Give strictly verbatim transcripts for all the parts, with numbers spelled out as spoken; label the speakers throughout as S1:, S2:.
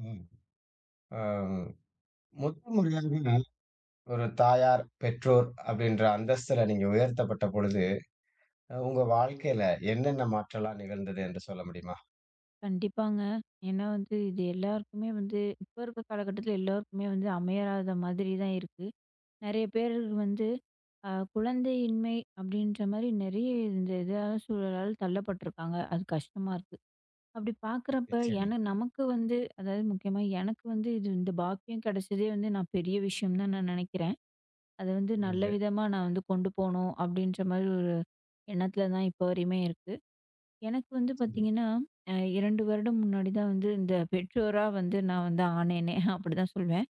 S1: ம். அம் முதல் முறையாக ஒரு தாயார், பெற்றோர் அப்படின்ற அந்தஸ்துல நீங்க உயர்த்தப்பட்ட பொழுது, அ உங்க வாழ்க்கையில என்னென்ன மாற்றலாம் நிகழ்ந்தது என்று சொல்ல முடியுமா?
S2: கண்டிப்பாங்க. ஏன்னா வந்து இது எல்லாருக்குமே வந்து இப்ப இருக்க காலகட்டத்தில எல்லாருக்குமே வந்து அமையராத மாதிரி தான் இருக்கு. நெறைய பேர் வந்து அ குழந்தையின்மை அப்படின்ற மாரி நெறைய இந்த இதால சூழலால தள்ளப்பட்டுருக்காங்க. அது கஷ்டமா இருக்கு. அப்படி பார்க்குறப்ப
S1: நிச்சயமா.
S2: ஏன்னா நமக்கு வந்து அதாவது முக்கியமா எனக்கு வந்து இது இந்த பாக்கியம் கிடைச்சதே வந்து நான் பெரிய விஷயம் தான் நான் நினைக்கிறேன். அத வந்து நல்ல
S1: நல்லது.
S2: விதமா நான் வந்து கொண்டு போணும் அப்படின்ற மாரி ஒரு எண்ணத்தில தான் இப்போ வரையுமே இருக்கேன். எனக்கு வந்து
S1: சரி.
S2: பார்த்தீங்கன்னா, அ ரெண்டு வருடம் முன்னாடி தான் வந்து இந்த பெற்றோரா வந்து நான் வந்து ஆனேனே அப்படிதான் சொல்வேன்.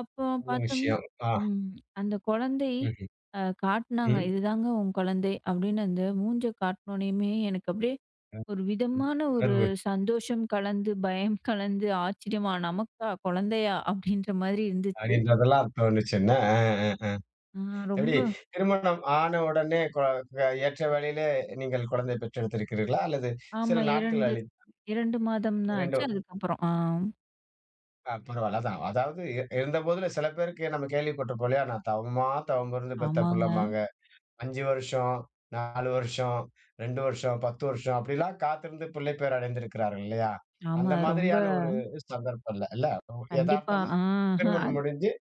S2: அப்போ
S1: நல்ல
S2: பார்த்தோம்னா,
S1: விஷயம். ஆ.
S2: ம். அந்த குழந்தை
S1: ம்ஹ்ம்.
S2: அ காட்டுனாங்க.
S1: ம்.
S2: "இதுதாங்க உன் குழந்தை" அப்படின்னு அந்த மூஞ்ச காட்டுனோனையுமே எனக்கு அப்படியே
S1: ம்.
S2: ஒரு
S1: ம்.
S2: விதமான ஒரு
S1: உணர்வு
S2: சந்தோஷம் கலந்து, பயம் கலந்து, ஆச்சரியமா "நமக்கா? குழந்தையா?" அப்படின்ற மாதிரி இருந்துச்சு.
S1: அப்படின்றதெல்லாம் தோணுச்சு என்ன? அ, அ, அ.
S2: ஆ
S1: எப்படி
S2: ரொம்ப
S1: திருமணம் ஆன உடனே கொ க ஏற்ற வேளையிலே நீங்கள் குழந்தை பெற்றெடுத்திருக்கிறீர்களா? அல்லது சில
S2: ஆமா,
S1: நாட்கள்
S2: ரெண்டு
S1: கழித்து?
S2: ரெண்டு மாதம் தான்
S1: இரண்டு.
S2: ஆச்சு. அதுக்கப்புறம். ஆ.
S1: அ பரவால்ல. அதான். அதாவது இ இருந்தபோதுல சில பேருக்கு நம்ம கேள்விப்பட்டிருப்போம் இல்லையா? நான் தவமா தவமிருந்து பெத்த
S2: ஆமாங்க.
S1: பிள்ளைம்பாங்க. ஐந்து வருஷம், நாலு வருஷம், ரெண்டு வருஷம், பத்து வருஷம் அப்படிலாம் காத்திருந்து பிள்ளை பேர் அடைந்திருக்கிறார்கள் இல்லையா?
S2: ஆமா.
S1: அந்த
S2: ரொம்ப
S1: மாதிரியான ஒரு சந்தர்ப்பம் இல்ல. இல்ல?
S2: கண்டிப்பா.
S1: எதார்த்தமா
S2: ஆ.
S1: திருமணம் முடிஞ்சு,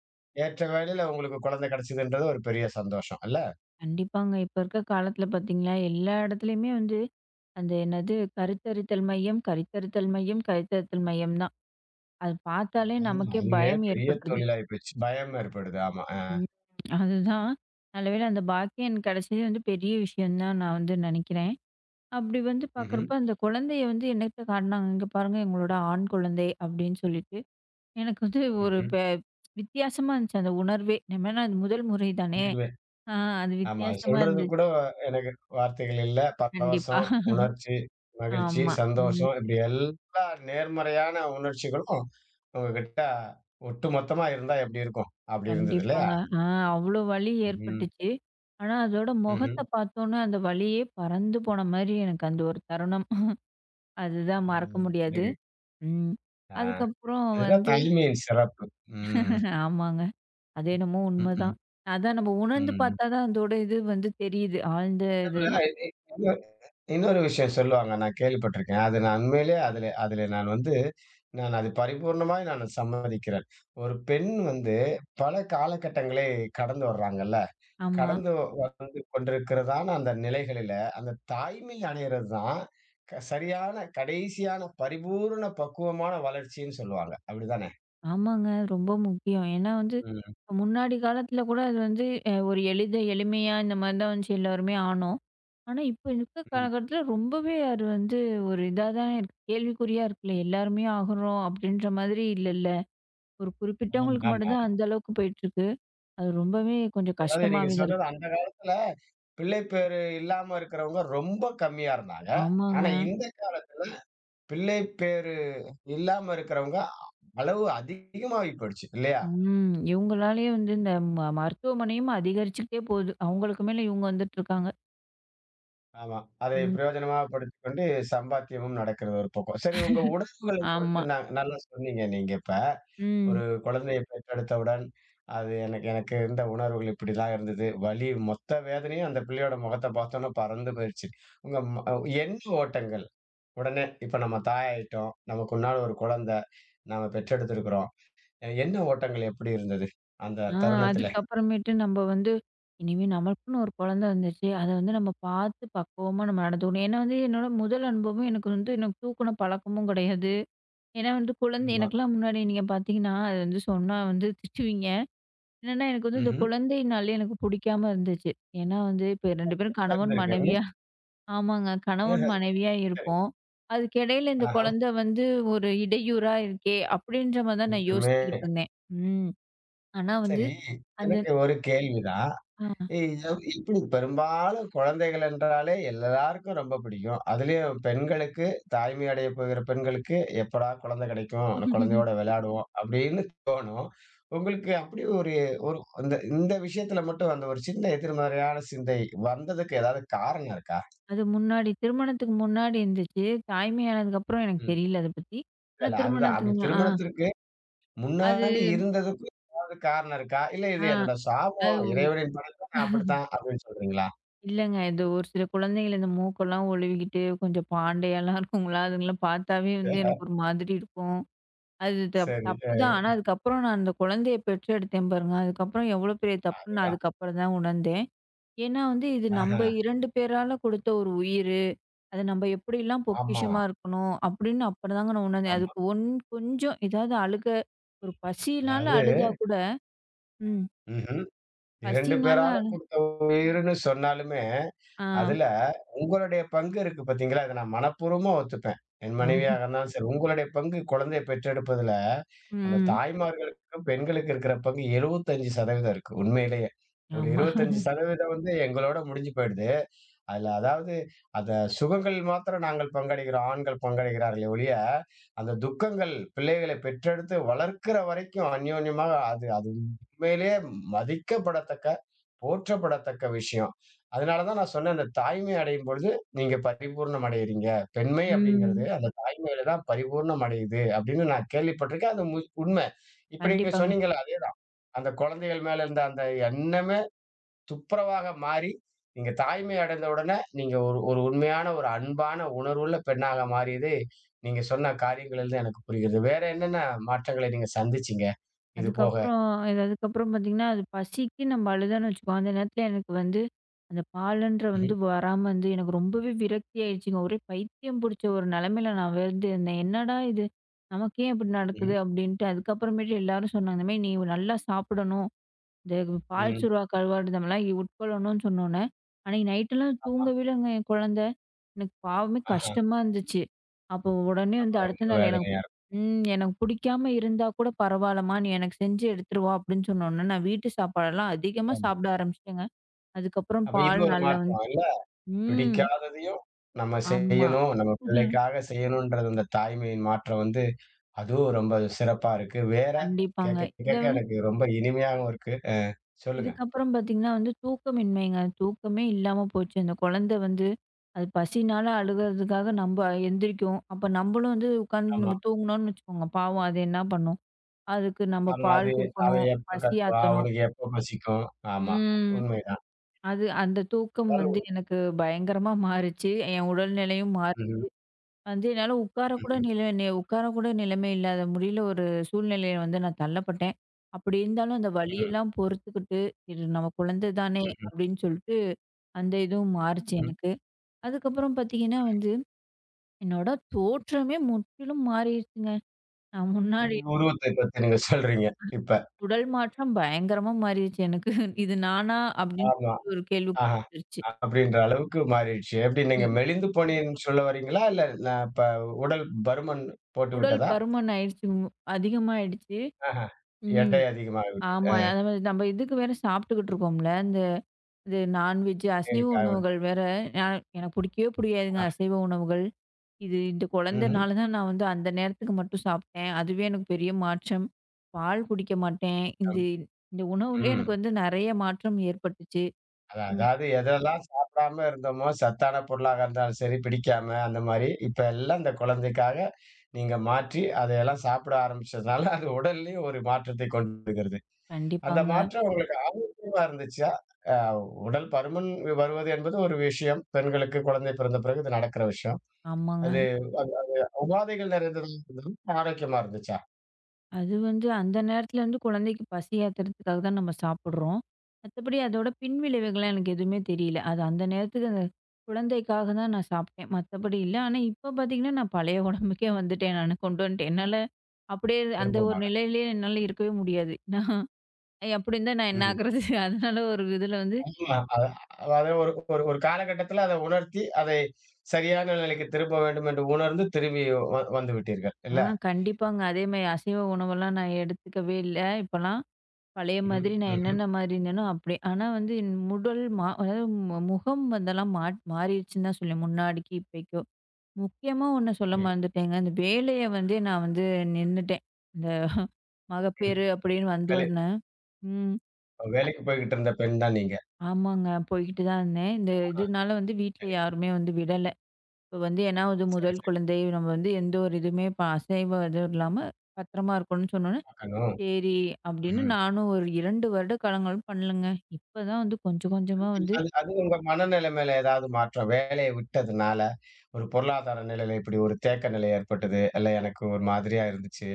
S1: ஏற்ற வேலையில உங்களுக்கு குழந்தை கிடைச்சதுன்றது ஒரு பெரிய சந்தோஷம். இல்ல?
S2: கண்டிப்பாங்க. இப்ப இருக்க காலத்துல பாத்தீங்களா, எல்லா இடத்துலயுமே வந்து அந்த என்னது கருத்தரித்தல் மையம், கருத்தரித்தல் மையம், கருத்தரித்தல் மையம் தான். அது பாத்தாலே
S1: ஆமா.
S2: நமக்கே
S1: அதுவே
S2: பயம்
S1: பெரிய
S2: ஏற்பட்டுருது.
S1: தொழிலாயி போச்சு. பயம் ஏற்படுது. ஆமா. அ.
S2: ம். அதுதான். நல்ல வேளை அந்த பாக்கியம் கிடைச்சதே வந்து பெரிய விஷயம் தான் நான் வந்து நினைக்கிறேன். அப்படி வந்து
S1: ம்ஹ்ம்.
S2: பாக்குறப்ப அந்த குழந்தைய வந்து என்னட்ட காட்டுனாங்க, "இங்க பாருங்க எங்களோட ஆண் குழந்தை" அப்படின்னு சொல்லிட்டு. எனக்கு வந்து ஒரு பெ வித்தியாசமா இருந்துச்சு அந்த உணர்வே. நம்ம ஏன்னா அது முதல் முறை தானே.
S1: ம்ஹ்ம்.
S2: ஆ அது
S1: ஆமா. அது
S2: வித்தியாசமா
S1: சொல்றதுக்கு
S2: இருந்துச்சு.
S1: கூட எனக்கு வார்த்தைகள் இல்ல.
S2: கண்டிப்பா.
S1: பரவசம், உணர்ச்சி, மகிழ்ச்சி,
S2: ஆமா. ம்.
S1: சந்தோஷம் இப்படி எல்லா நேர்மறையான உணர்ச்சிகளும் உங்ககிட்ட ஒட்டுமொத்தமா இருந்தா எப்படி இருக்கும்? அப்படி இருந்தது இல்லையா?
S2: கண்டிப்பாங்க. ஆ அவ்ளோ வலி
S1: ம்ஹ்ம்.
S2: ஏற்பட்டுச்சு. ஆனா, அதோட
S1: ம்ஹ்ம்.
S2: முகத்த பார்த்தோன்னே அந்த வலியே பறந்து போன மாரி எனக்கு அந்த ஒரு தருணம். அதுதான் மறக்க
S1: ம்.
S2: முடியாது.
S1: அழகு.
S2: ம்.
S1: ஆ.
S2: அதுக்கப்புறம்
S1: இதுதான்
S2: வந்து
S1: தாய்மையின் சிறப்பு. ம்.
S2: ஆமாங்க. அது என்னமோ
S1: ம்,
S2: உண்மதான்.
S1: ம்.
S2: அதான் நம்ம உணர்ந்து
S1: ம்.
S2: பார்த்தா தான் அதோட இது வந்து தெரியுது. ஆழ்ந்த
S1: அதுல
S2: இதெல்லாம்.
S1: இன்னொரு விஷயம் சொல்லுவாங்க. நான் கேள்விப்பட்டிருக்கேன். அது நான் உண்மையிலே அதில அதில நான் வந்து நான் அது பரிபூர்ணமாய் நான் சம்மதிக்கிறேன். ஒரு பெண் வந்து பல காலகட்டங்களை கடந்து வர்றாங்கல்ல.
S2: ஆமா.
S1: கடந்து வந்து கொண்டிருக்கிறதான அந்த நிலைகளில, அந்த தாய்மை அடையிறது தான் க சரியான கடைசியான பரிபூரண பக்குவமான வளர்ச்சின்னு சொல்லுவாங்க. அப்படிதானே?
S2: ஆமாங்க. ரொம்ப முக்கியம். ஏன்னா வந்து,
S1: ம்,
S2: முன்னாடி காலத்துல கூட அது வந்து அ ஒரு எளித எளிமையா இந்த மாரி தான் வந்துச்சு எல்லாருமே ஆனோம். ஆனா, இப்ப இருக்க
S1: ம்.
S2: காலகட்டத்துல ரொம்பவே அது வந்து ஒரு இதா தான் இருக்கு. கேள்விக்குறியா இருக்குல்ல. எல்லாருமே ஆகுறோம் அப்படின்ற மாதிரி இல்லல்ல. ஒரு
S1: ஆமா, ஆமா,
S2: குறிப்பிட்டவங்களுக்கு மட்டும்
S1: ஆமா.
S2: தான் அந்த அளவுக்கு போயிட்டுருக்கு. அது ரொம்பவே கொஞ்சம்
S1: அதாவது நீங்க
S2: கஷ்டமாவே தான்
S1: சொன்னது
S2: இருக்கு.
S1: அந்த காலத்துல பிள்ளை பேறு இல்லாம இருக்கிறவங்க ரொம்ப கம்மியா இருந்தாங்க.
S2: ஆமாங்க.
S1: ஆனா இந்த பிள்ளை பேர் இல்லாம இருக்கிறவங்க அளவு அதிகமாகி போயிடுச்சு இல்லையா?
S2: ம். இவங்களாலயே வந்து இந்த ம மருத்துவமனையும் அதிகரிச்சுக்கிட்டே போகுது. அவங்களுக்கு மேல இவங்க வந்துட்டுருக்காங்க.
S1: ஆமா. அதை
S2: ம்.
S1: பிரயோஜனமா படுத்திக்கொண்டு சம்பாத்தியமும் நடக்கிறது ஒரு பக்கம். சரி, உங்க உணர்வுகளை பொறுத்து
S2: ஆமா.
S1: ந நல்லா சொன்னீங்க நீங்க இப்ப. ஒரு
S2: ம்.
S1: குழந்தையை பெற்றெடுத்தவுடன், அது எனக்கு எனக்கு இருந்த உணர்வுகள் இப்படிதான் இருந்தது. வலி மொத்த வேதனையும் அந்த பிள்ளையோட முகத்த பார்த்தோனே பறந்து போயிருச்சு. உங்க ம எண்ண ஓட்டங்கள், உடனே இப்ப நம்ம தாயாயிட்டோம். நமக்கு உன்னால ஒரு குழந்தை. நாம பெற்றெடுத்திருக்கிறோம். எண்ண ஓட்டங்கள் எப்படி இருந்தது? அந்த
S2: ஆ
S1: தருணத்தில?
S2: அதுக்கப்புறமேட்டு நம்ம வந்து, இனிமே நமக்குன்னு ஒரு குழந்த வந்துருச்சு. அத வந்து நம்ம பார்த்து பக்குவமா நம்ம நடந்துக்கணும். ஏன்னா வந்து என்னோட முதல் அனுபவம் எனக்கு வந்து எனக்கு தூக்குன பழக்கமும் கிடையாது. ஏன்னா வந்து குழந்தை
S1: ஆமா.
S2: எனக்கெல்லாம் முன்னாடி நீங்க பார்த்தீங்கன்னா, அது வந்து சொன்னா வந்து திட்டுவீங்க. என்னன்னா எனக்கு வந்து இந்த
S1: ம்ஹ்ம்.
S2: குழந்தைனாலே எனக்கு பிடிக்காம இருந்துச்சு. ஏன்னா வந்து இப்ப ரெண்டு பேரும் கணவன்
S1: இருந்திருக்காங்க.
S2: மனைவியா ஆமாங்க. கணவன்
S1: ஆஹா,
S2: மனைவியா
S1: சரி.
S2: இருப்போம். அதுக்கிடையில இந்த
S1: ஆஹா.
S2: குழந்தை வந்து ஒரு இடையூறா இருக்கே! அப்படின்ற மாரி தான் நான்
S1: நிஜமே.
S2: யோசிச்சுக்கிட்டு இருந்தேன். ம். ஆனா வந்து
S1: சரி,
S2: அந்த
S1: எனக்கு ஒரு கேள்விதான்.
S2: ஆ.
S1: இ எவ் இப்படி பெரும்பாலும் குழந்தைகள் என்றாலே எல்லாருக்கும் ரொம்ப பிடிக்கும். அதுலயும் பெண்களுக்கு, தாய்மை அடைய போகிற பெண்களுக்கு, எப்படா குழந்தை கிடைக்கும்? அந்த குழந்தையோட விளையாடுவோம் அப்படின்னு தோணும். உங்களுக்கு அப்படி ஒரு ஒரு அந்த இந்த விஷயத்துல மட்டும் அந்த ஒரு சின்ன எதிர்மறையான சிந்தை வந்ததுக்கு ஏதாவது காரணம் இருக்கா?
S2: அது முன்னாடி திருமணத்துக்கு முன்னாடி இருந்துச்சு. தாய்மை ஆனதுக்கப்புறம் எனக்கு
S1: ம்.
S2: தெரியல அத பத்தி.
S1: இல்ல,
S2: ஆனா
S1: இல்ல. அதுதான். அப்படி
S2: திருமணத்துக்கு மு ஆ
S1: திருமணத்திற்கு
S2: அது
S1: முன்னாடி இருந்ததுக்கும் ஏதாவது காரணம் இருக்கா? இல்ல
S2: ஆ
S1: இது என்னோட சாபம்,
S2: அது
S1: இறைவனின் படைப்பு நான் அப்படித்தான் அப்படின்னு சொல்றீங்களா?
S2: இல்லங்க. இந்த ஒரு சில குழந்தைகள் இந்த மூக்கெல்லாம் ஒழுவிக்கிட்டு, கொஞ்சம் பாண்டையாலாம் இருக்குங்களா, அதுங்கலாம் பார்த்தாவே வந்து எனக்கு ஒரு மாதிரி இருக்கும். அது தப்
S1: சரி.
S2: தப்பு
S1: அ
S2: தான். ஆனா அதுக்கப்புறம் நான் அந்த குழந்தைய பெற்றெடுத்தேன் பாருங்க, அதுக்கப்புறம் எவ்வளோ பெரிய தப்புன்னு நான்
S1: அதுதான்.
S2: அதுக்கப்புறம் தான் உணர்ந்தேன். ஏன்னா வந்து இது
S1: ஆஹா.
S2: நம்ப ரெண்டு பேரால கொடுத்த ஒரு உயிர். அது நம்ம எப்படிலாம்
S1: ஆமா,
S2: பொக்கிஷமா இருக்கணும் அப்படின்னு அப்பதாங்க நான் உணர்ந்தேன்.
S1: ஆமா.
S2: அதுக்கு ஒன் கொஞ்சம் ஏதாவது அழுக ஒரு பசியினால
S1: அதாவது
S2: அழுதா கூட ம்.
S1: ம்ஹ்ம். இரண்டு
S2: பசினால
S1: பேராலும்
S2: அழு
S1: கொடுத்த உயிர்ன்னு சொன்னாலுமே,
S2: ஆ.
S1: அதுல உங்களுடைய பங்கு இருக்கு பார்த்தீங்களா? இத நான் மனப்பூர்வமா ஒத்துப்பேன். என் மனைவியாக
S2: ஆ.
S1: இருந்தாலும் சரி, உங்களுடைய பங்கு குழந்தையை பெற்றெடுப்பதுல, அந்த
S2: ம்.
S1: தாய்மார்களுக்கும், பெண்களுக்கு இருக்கிற பங்கு எழுபத்தி ஐந்து சதவீதம் இருக்கு. உண்மையிலேயே. ஒரு
S2: ஆமா.
S1: இருபத்தி ஐந்து சதவீதம் வந்து எங்களோட முடிஞ்சு போயிடுது. அதுல அதாவது அந்த சுகங்கள் மாத்திரம் நாங்கள் பங்களிக்கிறோம். ஆண்கள் பங்களிக்கிறார்களே ஒழிய, அந்த துக்கங்கள் பிள்ளைகளை பெற்றெடுத்து வளர்க்கிற வரைக்கும் அந்யோன்யமாக அது அது உண்மையிலேயே மதிக்கப்படத்தக்க, போற்றப்படத்தக்க விஷயம். அதனால தான் நான் சொன்னேன், அந்த தாய்மை அடையும் பொழுது நீங்க பரிபூரணம் அடையறீங்க. பெண்மை அப்படிங்கிறது
S2: ம்.
S1: அந்த தாய்மையில தான் பரிபூரணம் அடையுது அப்படின்னு நான் கேள்விப்பட்டிருக்கேன். அது மு உண்மை. இப்ப நீங்க
S2: கண்டிப்பாங்க.
S1: சொன்னீங்கல்ல அதேதான். அந்த குழந்தைகள் மேல இருந்த அந்த எண்ணமே துப்புரவாக மாறி, நீங்க தாய்மை அடைந்த உடனே, நீங்க ஒரு ஒரு உண்மையான ஒரு அன்பான உணர்வுள்ள பெண்ணாக மாறியது, நீங்க சொன்ன காரியங்களிலிருந்து எனக்கு புரிகிறது. வேற என்னென்ன மாற்றங்களை நீங்க சந்திச்சீங்க? இது போக.
S2: அதுக்கப்புறம் இது அதுக்கப்புறம் பார்த்தீங்கன்னா, அது பசிக்கு நம்ம அழுதோன்னு வச்சுக்கோங்க. அந்த நேரத்துல எனக்கு வந்து அந்த பாலுன்ற
S1: ம்ஹ்ம்,
S2: வந்து வராம வந்து எனக்கு ரொம்பவே விரக்தி ஆயிடுச்சுங்க. ஒரே பைத்தியம் பிடிச்ச ஒரு நிலைமையில நான் வந்து இருந்தேன். என்னடா இது! நமக்கு ஏன் இப்படி
S1: ம்ஹ்ம்,
S2: நடக்குது? அப்படின்ட்டு அதுக்கப்புறமேட்டு எல்லாரும் சொன்னாங்க. இந்த மாரி நீ நல்லா சாப்பிடணும். இந்த பால்
S1: ம்.
S2: சுறா, கருவாடு இந்த மாரிலாம் உட்கொள்ளணும்னு சொன்னோனே, அன்னைக்கு நைட்டெல்லாம்
S1: ஆமா.
S2: தூங்கவே இல்லங்க என் குழந்தை. எனக்கு பாவமே
S1: ஆஹா.
S2: கஷ்டமா இருந்துச்சு. அப்போ உடனே
S1: ஆமா.
S2: வந்து
S1: ரொம்ப
S2: அடுத்த நாள் எனக்கு
S1: வேதனையா
S2: ம் எனக்கு பிடிக்காம இருந்தா கூட பரவாயில்லம்மா, நீ எனக்கு செஞ்சு எடுத்துருவா அப்படின்னு சொன்னோனே, நான் வீட்டு சாப்பாடெல்லாம் அதிகமா
S1: இருக்கும்.
S2: சாப்பிட ஆரம்பிச்சுட்டேங்க. அதுக்கப்புறம்
S1: அப்ப இது
S2: பால்
S1: ஒரு
S2: நல்லா வந்து
S1: மாற்றம் இல்ல?
S2: ம்.
S1: பிடிக்காததையும் நம்ம
S2: ஆமா.
S1: செய்யணும். நம்ம
S2: ம்ஹ்ம்.
S1: பிள்ளைக்காக செய்யணும்ன்றது அந்த தாய்மையின் மாற்றம் வந்து, அதுவும் ரொம்ப சிறப்பா இருக்கு. வேற
S2: கண்டிப்பாங்க.
S1: கேட்க
S2: இத
S1: கேட்க எனக்கு ரொம்ப இனிமையாவும் இருக்கு. அ சொல்லுங்க.
S2: இதுக்கப்புறம் பார்த்தீங்கன்னா வந்து தூக்கமின்மைங்க. தூக்கமே இல்லாம போச்சு. அந்த குழந்தை வந்து அது பசினால அழுகுறதுக்காக நம்ப எந்திரிக்கும். அப்ப நம்பளும் வந்து உட்காந்து
S1: ஆமா.
S2: நம்ம தூங்குனோம்னு வச்சுக்கோங்க, பாவம் அது என்ன பண்ணும்? அதுக்கு நம்ம
S1: ஆமா. அது
S2: பால்
S1: அவ
S2: குடுக்கணும்,
S1: எப்ப கத்துவா?
S2: பசியாத்தணும்.
S1: அவளுக்கு எப்ப பசிக்கும்? ஆமா.
S2: ம்.
S1: உண்மைதான்.
S2: அது அந்த தூக்கம் வந்து
S1: அதாலும்
S2: எனக்கு பயங்கரமா மாறுச்சு. என் உடல்நிலையும் மாறி
S1: ம்ஹ்ம்.
S2: வந்து என்னால உட்காரக்கூட
S1: ம்ஹ்ம்.
S2: நிலை நி உட்காரக்கூட நிலைமை இல்லாத முடியல ஒரு சூழ்நிலையில வந்து நான் தள்ளப்பட்டேன். அப்படி இருந்தாலும் அந்த
S1: ம்.
S2: வலியெல்லாம் பொறுத்துக்கிட்டு, "இது நம்ம குழந்தை தானே"
S1: ம்ஹ்ம்.
S2: அப்படின்னு சொல்லிட்டு அந்த இதுவும் மாறுச்சு
S1: ம்.
S2: எனக்கு. அதுக்கப்புறம் பார்த்தீங்கன்னா வந்து, என்னோட தோற்றமே முற்றிலும் மாறிருச்சுங்க. நான் முன்னாடி
S1: உங்க உருவத்தை பத்தி நீங்க சொல்றீங்க, இப்ப.
S2: உடல் மாற்றம் பயங்கரமா மாறிருச்சு எனக்கு. இது நானா? அப்படின்னு
S1: ஆமா.
S2: ஒரு கேள்விக்குறி
S1: ஆஹா.
S2: வந்துருச்சு.
S1: அப்படின்ற அளவுக்கு மாறிடுச்சு. எப்படி நீங்க
S2: ம்.
S1: மெலிந்து போனீங்கன்னு சொல்ல வரீங்களா? இல்ல நான் இப்ப உடல் பருமன் போட்டு
S2: உடல்
S1: விட்டதா?
S2: பருமன் ஆயிடுச்சு. மு- அதிகமாயிடுச்சு.
S1: ஆஹா.
S2: ம்
S1: எடை
S2: ஆமா.
S1: அதிகமாகிவிட்டது.
S2: அதாவது நம்ம இதுக்கு வேற சாப்பிட்டுக்கிட்டு இருக்கோம்ல. இந்த இது நான்வெஜ் அசைவ உணவுகள் வேற, அ எனக்கு பிடிக்கவே பிடிக்காதுங்க
S1: ஆ.
S2: அசைவ உணவுகள். இது இந்த
S1: ம்.
S2: குழந்தனால தான் நான் வந்து அந்த நேரத்துக்கு மட்டும் சாப்பிட்டேன். அதுவே எனக்கு பெரிய மாற்றம். பால் குடிக்க மாட்டேன். இந்த இந்த உணவுலயே
S1: ம்.
S2: எனக்கு வந்து நெறைய மாற்றம் ஏற்பட்டுச்சு.
S1: அதான்.
S2: ம்.
S1: அதாவது எதெல்லாம் சாப்பிடாம இருந்தோமோ, சத்தான பொருளாக இருந்தாலும் சரி, பிடிக்காம அந்த மாரி, இப்ப எல்லாம் இந்த குழந்தைக்காக நீங்க மாற்றி, அதையெல்லாம் சாப்பிட ஆரம்பிச்சதுனால, அது உடல்லயும் ஒரு மாற்றத்தை கொண்டு வருகிறது. அந்த
S2: கண்டிப்பாங்க.
S1: மாற்றம் உங்களுக்கு அதிகமா இருந்துச்சா? அ உடல் பருமன் வருவது என்பது ஒரு விஷயம். பெண்களுக்கு குழந்தை பிறந்த பிறகு இது நடக்கிற விஷயம்.
S2: ஆமாங்க.
S1: அது அது உபாதைகள் நிறைந்தது இருந்தாலும் ஆரோக்கியமா இருந்துச்சா?
S2: அது வந்து அந்த நேரத்துல வந்து குழந்தைக்கு பசி ஆத்துறதுக்காக தான் நம்ம சாப்பிடுறோம். மத்தபடி அதோட பின்விளைவுகள்லாம் எனக்கு எதுவுமே தெரியல. அது அந்த நேரத்துக்கு அந்த குழந்தைக்காக தான் நான் சாப்பிட்டேன். மத்தபடி இல்ல. ஆனா இப்ப பார்த்தீங்கன்னா, நான் பழைய உடம்புக்கே வந்துட்டேன் நானு கொண்டு வந்துட்டேன். என்னால அப்படியே அந்த ஒரு
S1: விருப்பமாக.
S2: நிலையிலேயே என்னால இருக்கவே முடியாது. நான் அப்படி இருந்தா நான் என்ன
S1: ம்ஹ்ம்.
S2: ஆகுறது? அதனால ஒரு இதுல வந்து
S1: ஆமா. அ அதாவது ஒரு ஒரு ஒரு காலகட்டத்தில அத உணர்த்தி, அதை சரியான நிலைக்கு திரும்ப வேண்டும் என்று உணர்ந்து திரும்பி வ வந்து விட்டீர்கள்.
S2: ஆ
S1: இல்ல?
S2: கண்டிப்பாங்க. அதே மாரி அசைவ உணவெல்லாம் நான் எடுத்துக்கவே இல்ல இப்பலாம். பழைய
S1: ம்ஹ்ம்,
S2: மாதிரி நான்
S1: ம்ஹ்ம்.
S2: என்னென்ன மாரி இருந்தேனோ அப்டியே. ஆனா வந்து என் உடல் மா அதாவது மு முகம் அதெல்லாம் மா மாறிடுச்சுன்னு தான் சொல்லுவேன். முன்னாடிக்கு இப்பைக்கோ. முக்கியமா ஒண்ண சொல்ல
S1: சரி.
S2: மறந்துட்டேங்க. அந்த வேலைய வந்து நான் வந்து நின்னுட்டேன். இந்த
S1: ம்.
S2: மகப்பேறு அப்படின்னு
S1: வேலை
S2: வந்தோனே ம்.
S1: வேலைக்கு போய்க்கிட்டு இருந்த பெண் தான் நீங்க.
S2: ஆமாங்க. போய்க்கிட்டு தான் இருந்தேன். இந்த இதுனால வந்து வீட்ல
S1: சரி,
S2: யாருமே வந்து விடல. இப்ப வந்து ஏன்னா அது
S1: சரி,
S2: முதல்
S1: சரி.
S2: குழந்தை. நம்ம வந்து எந்த ஒரு இதுவுமே இப்ப அசைவம் எதுவும் இல்லாம பத்திரமா இருக்கணும்னு சொன்னோனே,
S1: பார்க்கணும்.
S2: சரி அப்படின்னு
S1: ம்ஹ்ம்.
S2: நானும் ஒரு ரெண்டு வருட காலங்கள் பண்ணலங்க. இப்பதான் வந்து கொஞ்சம் கொஞ்சமா வந்து
S1: அது அது உங்க மனநிலை மேல ஏதாவது மாற்றம் வேலையை விட்டதுனால, ஒரு பொருளாதார நிலையில இப்படி ஒரு தேக்க நிலை ஏற்பட்டது. இல்ல எனக்கு ஒரு மாதிரியா இருந்துச்சு.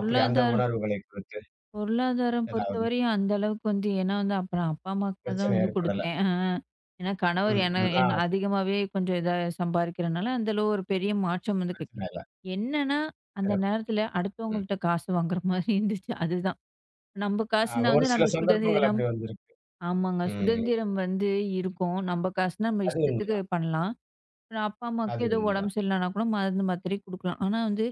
S1: அப்படி அந்த உணர்வுகளை குறித்து
S2: பொருளாதாரம்
S1: ஏதாவது
S2: பொறுத்தவரையும் அந்த அளவுக்கு வந்து ஏன்னா வந்து அப்புறம் அப்பா அம்மாக்காக தான்
S1: பிரச்சனை
S2: வந்து
S1: ஏற்படல.
S2: குடுத்தேன். ஆ. ஏன்னா கணவர்
S1: ம்,
S2: என
S1: ம். ஆ
S2: என் அதிகமாவே கொஞ்சம் இதா சம்பாதிக்கிறனால அந்த அளவு ஒரு பெரிய மாற்றம் வந்து கிடைக்கல.
S1: பிரச்சனை இல்ல.
S2: என்னன்னா, அந்த
S1: சிறப்பு.
S2: நேரத்துல அடுத்தவங்கள்ட்ட காசு வாங்குற மாதிரி இருந்துச்சு. அதுதான். நம்ம
S1: அ
S2: காசுனா
S1: ஒரு
S2: வந்து
S1: சில
S2: நம்ம
S1: சந்தர்ப்பங்கள்
S2: சுதந்திரம்
S1: அப்படி வந்திருக்கு.
S2: ஆமாங்க.
S1: ம்.
S2: சுதந்திரம் வந்து இருக்கும். நம்ம காசுனா நம்ம
S1: அது
S2: இஷ்டத்துக்கு
S1: உண்மதான்.
S2: பண்ணலாம். நான் அப்பா,
S1: அது
S2: அம்மாவுக்கு ஏதோ
S1: உண்மதான்.
S2: உடம்பு சரியில்லனா கூட மருந்து, மாத்திரை குடுக்கலாம். ஆனா வந்து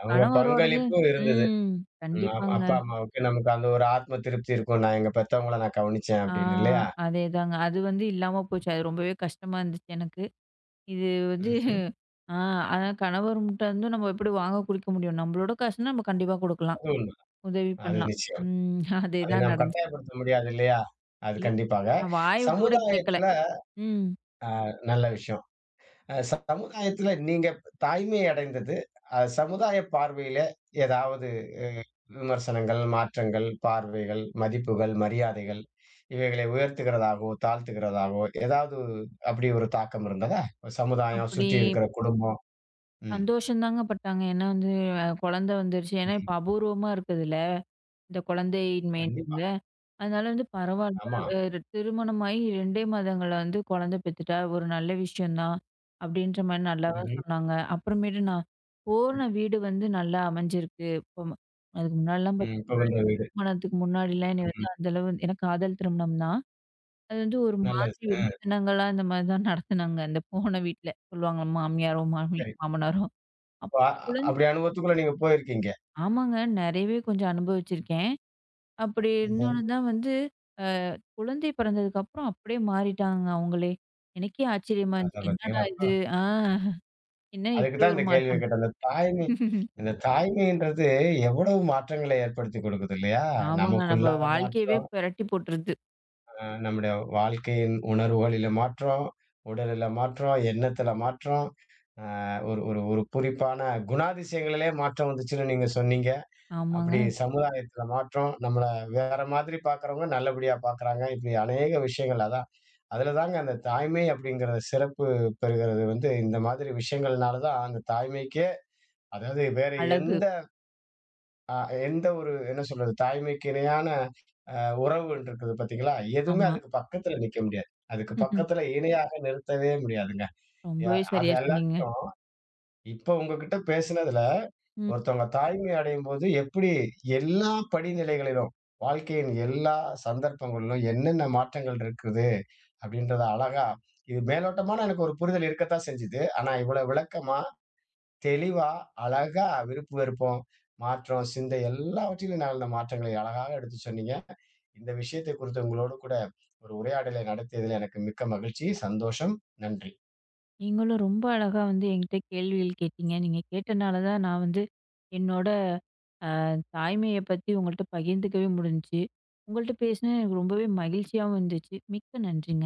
S1: அவங்க
S2: கணவரோடது
S1: பங்களிப்பும் இருந்தது.
S2: ம்.
S1: ம். அப்
S2: கண்டிப்பாங்க.
S1: அப்பா, அம்மாவுக்கு நமக்கு அந்த ஒரு ஆத்ம திருப்தி இருக்கும். நான் எங்க பெத்தவங்கள நான் கவனிச்சேன்
S2: ஆ
S1: அப்படின்னு இல்லையா?
S2: அதேதாங்க. அது வந்து இல்லாம போச்சு. அது ரொம்பவே கஷ்டமா இருந்துச்சு எனக்கு. இது வந்து
S1: ம்ஹ்ம்.
S2: ஆ ஆனா கணவர்கிட்ட இருந்தும் நம்ம எப்படி வாங்க குடுக்க முடியும்? நம்மளோட காசுனா நம்ம கண்டிப்பா குடுக்கலாம்.
S1: அது உண்ம.
S2: உதவி
S1: அது
S2: பண்ணலாம்.
S1: நிச்சயம்.
S2: ம்.
S1: அதை
S2: அதேதான்
S1: நாம்
S2: நடந்துச்சு.
S1: கட்டாயப்படுத்த முடியாது இல்லையா? அது கண்டிப்பாக.
S2: நான் வாய் விட்டு கூட கேட்கல.
S1: சமுதாயத்துல
S2: ம்.
S1: நல்ல விஷயம். அ சமுதாயத்துல நீங்க தாய்மை அடைந்தது, அ சமுதாய பார்வையில ஏதாவது அ விமர்சனங்கள், மாற்றங்கள், பார்வைகள், மதிப்புகள், மரியாதைகள் இவைகளை உயர்த்துகிறதாகவோ, தாழ்த்துகிறதாகவோ ஏதாவது அப்படி ஒரு தாக்கம் இருந்ததா? சமுதாயம்,
S2: அப்படி
S1: சுற்றி இருக்கிற குடும்பம். ம்.
S2: சந்தோஷம் தாங்க பட்டாங்க. ஏன்னா வந்து அஹ், குழந்தை வந்துருச்சு. ஏன்னா
S1: ம்.
S2: இப்ப அபூர்வமா இருக்குதுல்ல. இந்த
S1: கண்டிப்பா.
S2: குழந்தையின்மைன்னாங்க. அதனால வந்து பரவால்ல.
S1: ஆமா.
S2: அ திருமணமாகி ரெண்டு மாதங்கள்ல வந்து குழந்தை பெத்துட்டா, ஒரு நல்ல விஷயம் தான். அப்படின்ற மாரி நல்லாவே
S1: ம்ஹ்ம்.
S2: சொன்னாங்க. அப்புறமேட்டு நான் போன வீடு வந்து நல்லா அமைஞ்சிருக்கு. இப்போ ம- அதுக்கு முன்னாடிலாம்
S1: ம்.
S2: பாத்தீங்கன்னா,
S1: புகுந்த வீடு.
S2: திருமணத்துக்கு முன்னாடிலாம் என்னைய
S1: ம்.
S2: வந்து அந்த அளவு ஏன்னா காதல் திருமணம் தான். அது வந்து ஒரு
S1: நல்லது.
S2: மாதிரி
S1: அ
S2: விமர்சனங்களா இந்த மாரி தான் நடத்துனாங்க. அந்த போன வீட்ல சொல்லுவாங்கல்ல மாமியாரும், மாமி
S1: சரி.
S2: மாமனாரும். அப்ப
S1: இப்ப அ
S2: குழந்தை
S1: அப்படி அனுபவத்துக்குள்ள நீங்க போயிருக்கீங்க.
S2: ஆமாங்க. நெறையவே கொஞ்சம் அனுபவிச்சிருக்கேன். அப்படி ம்.
S1: ம்ஹ்ம்.
S2: இருந்தோன தான் வந்து குழந்தை பிறந்ததுக்கு அப்புறம் அப்படியே மாறிட்டாங்க அவங்களே. எனக்கே ஆச்சரியமா
S1: அத
S2: இருந்துச்சு. என்னடா
S1: பாத்தீங்களா அப்ப?
S2: இது? ஆ என்ன
S1: அதுக்கு
S2: இப்படி
S1: தான்
S2: ஒரு
S1: இந்த கேள்விய
S2: மாற்றம்?
S1: கேட்டேன். இந்த தாய்மை இந்த தாய்மைன்றது எவ்வளவு மாற்றங்களை ஏற்படுத்தி கொடுக்குது இல்லையா?
S2: ஆமாங்க.
S1: நமக்குள்ள
S2: நம்ம வாழ்க்கையவே
S1: மாற்றம்,
S2: பெரட்டி போட்டுருது.
S1: அ நம்முடைய வாழ்க்கையின் உணர்வுகளில மாற்றம், உடலில மாற்றம், எண்ணத்தில மாற்றம், அ ஒரு ஒரு ஒரு குறிப்பான குணாதிசயங்களிலே மாற்றம் வந்துச்சுன்னு நீங்க சொன்னீங்க.
S2: ஆமாங்க.
S1: அப்படி சமுதாயத்தில மாற்றம், நம்மள வேற மாதிரி பார்க்கிறவங்க நல்லபடியா பார்க்குறாங்க. இப்படி அநேக விஷயங்கள் அதான். அதில தாங்க அந்த தாய்மை அப்படிங்கிற சிறப்பு பெறுகிறது வந்து இந்த மாதிரி விஷயங்கள்னால தான் அந்த தாய்மைக்கே அதாவது வேற
S2: அழகு.
S1: எந்த அ எந்த ஒரு என்ன சொல்றது? தாய்மைக்கு இணையான அ உறவு ஒன்று இருக்குது பார்த்தீங்களா? எதுவுமே
S2: ஆமா.
S1: அதுக்கு பக்கத்துல நிக்க முடியாது. அதுக்கு பக்கத்துல இணையாக நிறுத்தவே முடியாதுங்க. ய
S2: ரொம்பவே
S1: அது
S2: சரியா சொன்னீங்க.
S1: எல்லாத்தையும் இப்ப உங்ககிட்ட பேசினதுல,
S2: ம்.
S1: ஒருத்தவங்க தாய்மை அடையும்போது எப்படி எல்லா படிநிலைகளிலும், வாழ்க்கையின் எல்லா சந்தர்ப்பங்களிலும் என்னென்ன மாற்றங்கள் இருக்குது? அப்படின்றத அழகா இது மேலோட்டமான எனக்கு ஒரு புரிதல் இருக்கத்தான் செஞ்சுது. ஆனா இவ்வளவு விளக்கமா தெளிவா, அழகா விருப்பு, வெறுப்பம், மாற்றம், சிந்தை எல்லாவற்றிலும் நடந்த மாற்றங்களை அழகாக எடுத்து சொன்னீங்க. இந்த விஷயத்தை குறித்து உங்களோடு கூட ஒரு உரையாடலை நடத்தியதில் எனக்கு மிக்க மகிழ்ச்சி, சந்தோஷம். நன்றி.
S2: நீங்களும் ரொம்ப அழகா வந்து என்கிட்ட கேள்விகள் கேட்டீங்க. நீங்க கேட்டனால தான் நான் வந்து என்னோட அ தாய்மைய பத்தி உங்கள்ட்ட பகிர்ந்துக்கவே முடிஞ்சுச்சு. உங்கள்ட்ட பேசினது எனக்கு ரொம்பவே மகிழ்ச்சியாவும் இருந்துச்சு. மிக்க நன்றிங்க.